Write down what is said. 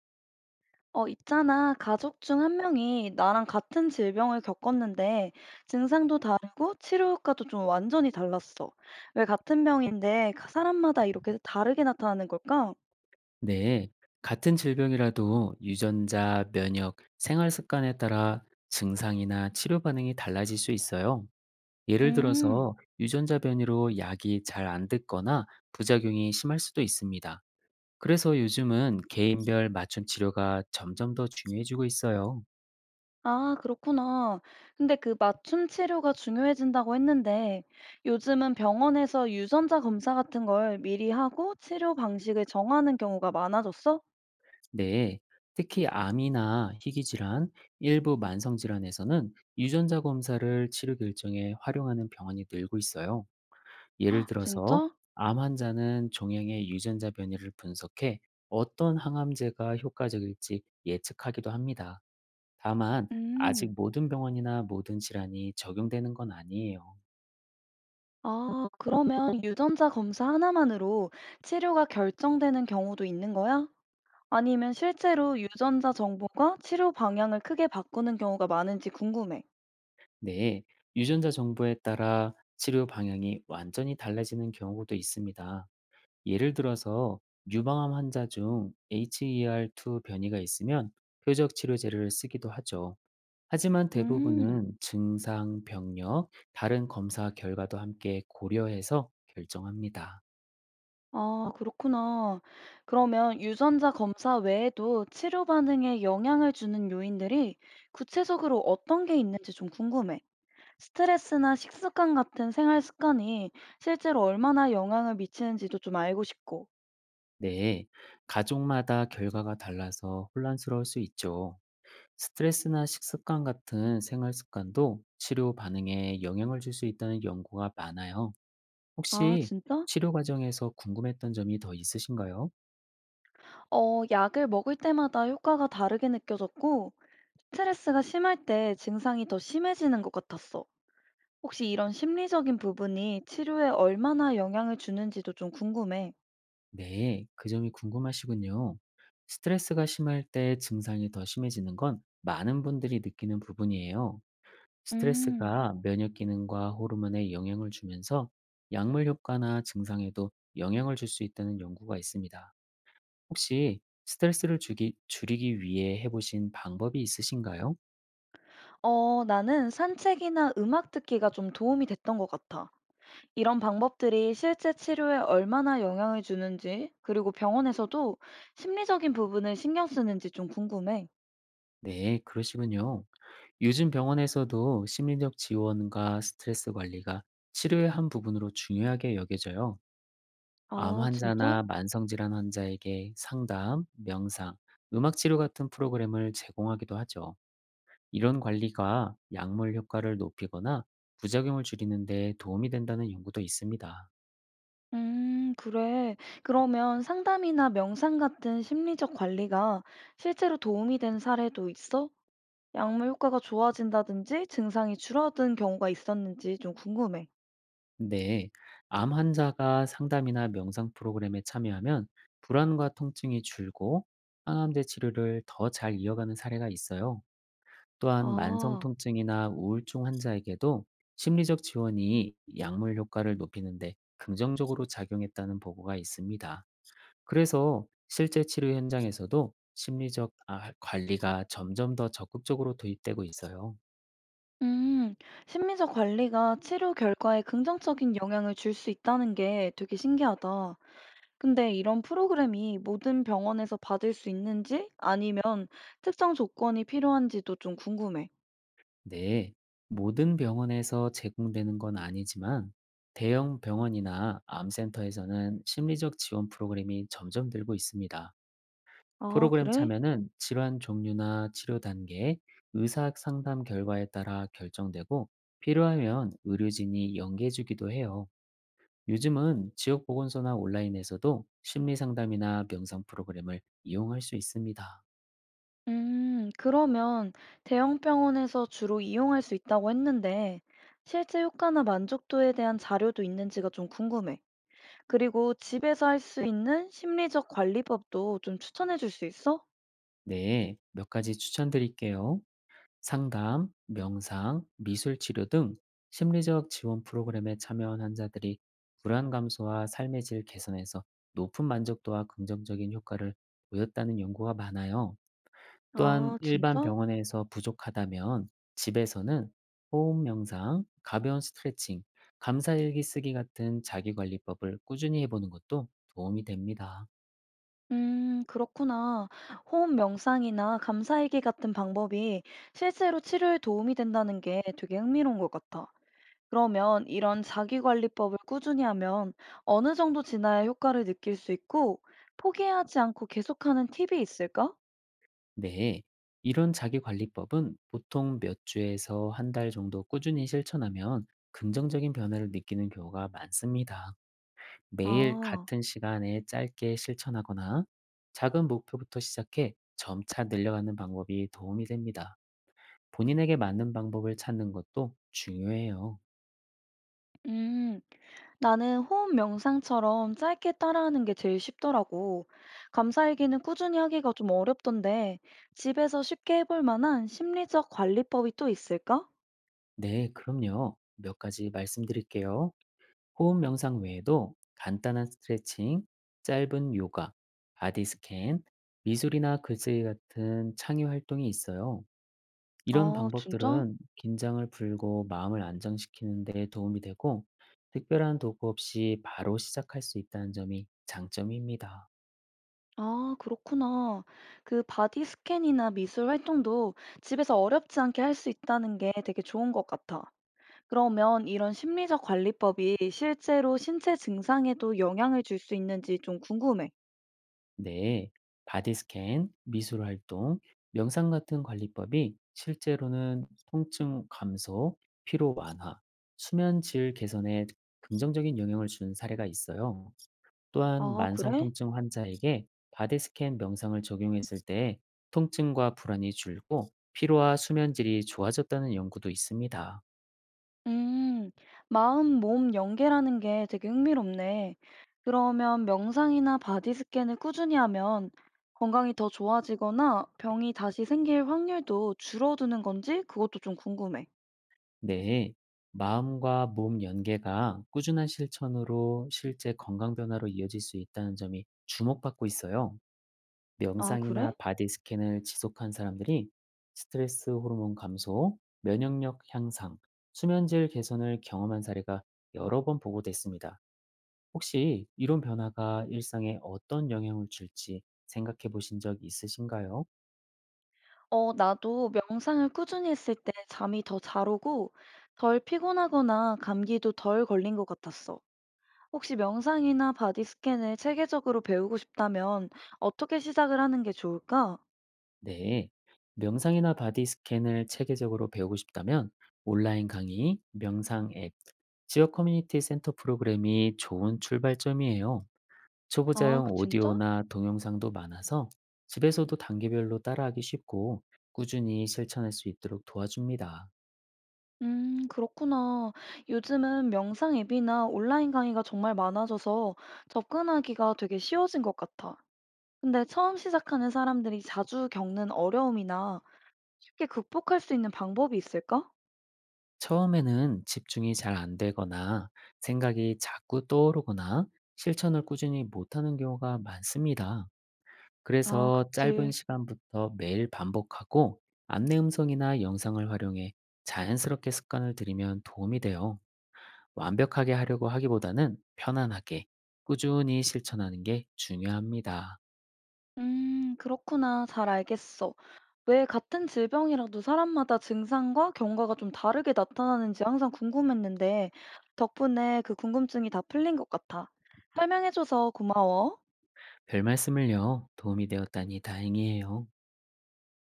어, 있잖아. 가족 중 한 명이 나랑 같은 질병을 겪었는데 증상도 다르고 치료 효과도 좀 완전히 달랐어. 왜 같은 병인데 사람마다 이렇게 다르게 나타나는 걸까? 네, 같은 질병이라도 유전자, 면역, 생활 습관에 따라 증상이나 치료 반응이 달라질 수 있어요. 예를 음, 들어서 유전자 변이로 약이 잘 안 듣거나 부작용이 심할 수도 있습니다. 그래서 요즘은 개인별 맞춤 치료가 점점 더 중요해지고 있어요. 아, 그렇구나. 근데 그 맞춤 치료가 중요해진다고 했는데 요즘은 병원에서 유전자 검사 같은 걸 미리 하고 치료 방식을 정하는 경우가 많아졌어? 네, 특히 암이나 희귀 질환, 일부 만성 질환에서는 유전자 검사를 치료 결정에 활용하는 병원이 늘고 있어요. 예를 헉, 들어서 진짜? 암 환자는 종양의 유전자 변이를 분석해 어떤 항암제가 효과적일지 예측하기도 합니다. 다만 음. 아직 모든 병원이나 모든 질환이 적용되는 건 아니에요. 아, 그러면 유전자 검사 하나만으로 치료가 결정되는 경우도 있는 거야? 아니면 실제로 유전자 정보가 치료 방향을 크게 바꾸는 경우가 많은지 궁금해. 네, 유전자 정보에 따라 치료 방향이 완전히 달라지는 경우도 있습니다. 예를 들어서 유방암 환자 중 HER2 변이가 있으면 표적 치료제를 쓰기도 하죠. 하지만 음, 대부분은 증상, 병력, 다른 검사 결과도 함께 고려해서 결정합니다. 아, 그렇구나. 그러면 유전자 검사 외에도 치료 반응에 영향을 주는 요인들이 구체적으로 어떤 게 있는지 좀 궁금해. 스트레스나 식습관 같은 생활 습관이 실제로 얼마나 영향을 미치는지도 좀 알고 싶고. 네, 가족마다 결과가 달라서 혼란스러울 수 있죠. 스트레스나 식습관 같은 생활 습관도 치료 반응에 영향을 줄 수 있다는 연구가 많아요. 아, 혹시 진짜? 치료 과정에서 궁금했던 점이 더 있으신가요? 어, 약을 먹을 때마다 효과가 다르게 느껴졌고, 스트레스가 심할 때 증상이 더 심해지는 것 같았어. 혹시 이런 심리적인 부분이 치료에 얼마나 영향을 주는지도 좀 궁금해. 네, 그 점이 궁금하시군요. 스트레스가 심할 때 증상이 더 심해지는 건 많은 분들이 느끼는 부분이에요. 음, 스트레스가 면역 기능과 호르몬에 영향을 주면서 약물 효과나 증상에도 영향을 줄 수 있다는 연구가 있습니다. 혹시 스트레스를 주기, 줄이기 위해 해보신 방법이 있으신가요? 어, 나는 산책이나 음악 듣기가 좀 도움이 됐던 것 같아. 이런 방법들이 실제 치료에 얼마나 영향을 주는지, 그리고 병원에서도 심리적인 부분을 신경 쓰는지 좀 궁금해. 네, 그러시군요. 요즘 병원에서도 심리적 지원과 스트레스 관리가 치료의 한 부분으로 중요하게 여겨져요. 암 아, 진짜? 환자나 만성질환 환자에게 상담, 명상, 음악 치료 같은 프로그램을 제공하기도 하죠. 이런 관리가 약물 효과를 높이거나 부작용을 줄이는 데 도움이 된다는 연구도 있습니다. 그래. 그러면 상담이나 명상 같은 심리적 관리가 실제로 도움이 된 사례도 있어? 약물 효과가 좋아진다든지 증상이 줄어든 경우가 있었는지 좀 궁금해. 근데 암 환자가 상담이나 명상 프로그램에 참여하면 불안과 통증이 줄고 항암제 치료를 더 잘 이어가는 사례가 있어요. 또한 만성 아, 통증이나 우울증 환자에게도 심리적 지원이 약물 효과를 높이는데 긍정적으로 작용했다는 보고가 있습니다. 그래서 실제 치료 현장에서도 심리적 관리가 점점 더 적극적으로 도입되고 있어요. 음, 심리적 관리가 치료 결과에 긍정적인 영향을 줄 수 있다는 게 되게 신기하다. 근데 이런 프로그램이 모든 병원에서 받을 수 있는지 아니면 특정 조건이 필요한지도 좀 궁금해. 네, 모든 병원에서 제공되는 건 아니지만 대형 병원이나 암센터에서는 심리적 지원 프로그램이 점점 늘고 있습니다. 아, 프로그램 그래? 참여는 질환 종류나 치료 단계, 의사 상담 결과에 따라 결정되고 필요하면 의료진이 연계해주기도 해요. 요즘은 지역 보건소나 온라인에서도 심리 상담이나 명상 프로그램을 이용할 수 있습니다. 그러면 대형 병원에서 주로 이용할 수 있다고 했는데, 실제 효과나 만족도에 대한 자료도 있는지가 좀 궁금해. 그리고 집에서 할 수 있는 심리적 관리법도 좀 추천해 줄 수 있어? 네, 몇 가지 추천드릴게요. 상담, 명상, 미술 치료 등 심리적 지원 프로그램에 참여한 환자들이 불안 감소와 삶의 질 개선에서 높은 만족도와 긍정적인 효과를 보였다는 연구가 많아요. 또한 아, 일반 진짜? 병원에서 부족하다면 집에서는 호흡 명상, 가벼운 스트레칭, 감사일기 쓰기 같은 자기관리법을 꾸준히 해보는 것도 도움이 됩니다. 그렇구나. 호흡 명상이나 감사일기 같은 방법이 실제로 치료에 도움이 된다는 게 되게 흥미로운 것 같아. 그러면 이런 자기관리법을 꾸준히 하면 어느 정도 지나야 효과를 느낄 수 있고 포기하지 않고 계속하는 팁이 있을까? 네. 이런 자기관리법은 보통 몇 주에서 한 달 정도 꾸준히 실천하면 긍정적인 변화를 느끼는 경우가 많습니다. 매일 아, 같은 시간에 짧게 실천하거나 작은 목표부터 시작해 점차 늘려가는 방법이 도움이 됩니다. 본인에게 맞는 방법을 찾는 것도 중요해요. 음, 나는 호흡 명상처럼 짧게 따라하는 게 제일 쉽더라고. 감사일기는 꾸준히 하기가 좀 어렵던데 집에서 쉽게 해볼 만한 심리적 관리법이 또 있을까? 네, 그럼요. 몇 가지 말씀드릴게요. 호흡 명상 외에도 간단한 스트레칭, 짧은 요가, 바디 스캔, 미술이나 글쓰기 같은 창의 활동이 있어요. 이런 아, 진짜? 방법들은 긴장을 풀고 마음을 안정시키는 데 도움이 되고 특별한 도구 없이 바로 시작할 수 있다는 점이 장점입니다. 아, 그렇구나. 그 바디 스캔이나 미술 활동도 집에서 어렵지 않게 할 수 있다는 게 되게 좋은 것 같아. 그러면 이런 심리적 관리법이 실제로 신체 증상에도 영향을 줄 수 있는지 좀 궁금해. 네, 바디스캔, 미술활동, 명상 같은 관리법이 실제로는 통증 감소, 피로 완화, 수면 질 개선에 긍정적인 영향을 준 사례가 있어요. 또한 아, 만성 그래? 통증 환자에게 바디스캔 명상을 적용했을 때 통증과 불안이 줄고 피로와 수면 질이 좋아졌다는 연구도 있습니다. 음, 마음, 몸 연계라는 게 되게 흥미롭네. 그러면 명상이나 바디 스캔을 꾸준히 하면 건강이 더 좋아지거나 병이 다시 생길 확률도 줄어드는 건지 그것도 좀 궁금해. 네, 마음과 몸 연계가 꾸준한 실천으로 실제 건강 변화로 이어질 수 있다는 점이 주목받고 있어요. 아, 명상이나 그래? 바디 스캔을 지속한 사람들이 스트레스 호르몬 감소, 면역력 향상, 수면질 개선을 경험한 사례가 여러 번 보고됐습니다. 혹시 이런 변화가 일상에 어떤 영향을 줄지 생각해 보신 적 있으신가요? 어, 나도 명상을 꾸준히 했을 때 잠이 더 잘 오고 덜 피곤하거나 감기도 덜 걸린 것 같았어. 혹시 명상이나 바디 스캔을 체계적으로 배우고 싶다면 어떻게 시작을 하는 게 좋을까? 네, 명상이나 바디 스캔을 체계적으로 배우고 싶다면 온라인 강의, 명상 앱, 지역 커뮤니티 센터 프로그램이 좋은 출발점이에요. 초보자용 진짜? 오디오나 동영상도 많아서 집에서도 단계별로 따라하기 쉽고 꾸준히 실천할 수 있도록 도와줍니다. 그렇구나. 요즘은 명상 앱이나 온라인 강의가 정말 많아져서 접근하기가 되게 쉬워진 것 같아. 근데 처음 시작하는 사람들이 자주 겪는 어려움이나 쉽게 극복할 수 있는 방법이 있을까? 처음에는 집중이 잘 안 되거나 생각이 자꾸 떠오르거나 실천을 꾸준히 못하는 경우가 많습니다. 아, 그래서 짧은 그치. 시간부터 매일 반복하고 안내 음성이나 영상을 활용해 자연스럽게 습관을 들이면 도움이 돼요. 완벽하게 하려고 하기보다는 편안하게 꾸준히 실천하는 게 중요합니다. 그렇구나. 잘 알겠어. 왜 같은 질병이라도 사람마다 증상과 경과가 좀 다르게 나타나는지 항상 궁금했는데, 덕분에 그 궁금증이 다 풀린 것 같아. 설명해줘서 고마워. 별 말씀을요. 도움이 되었다니 다행이에요.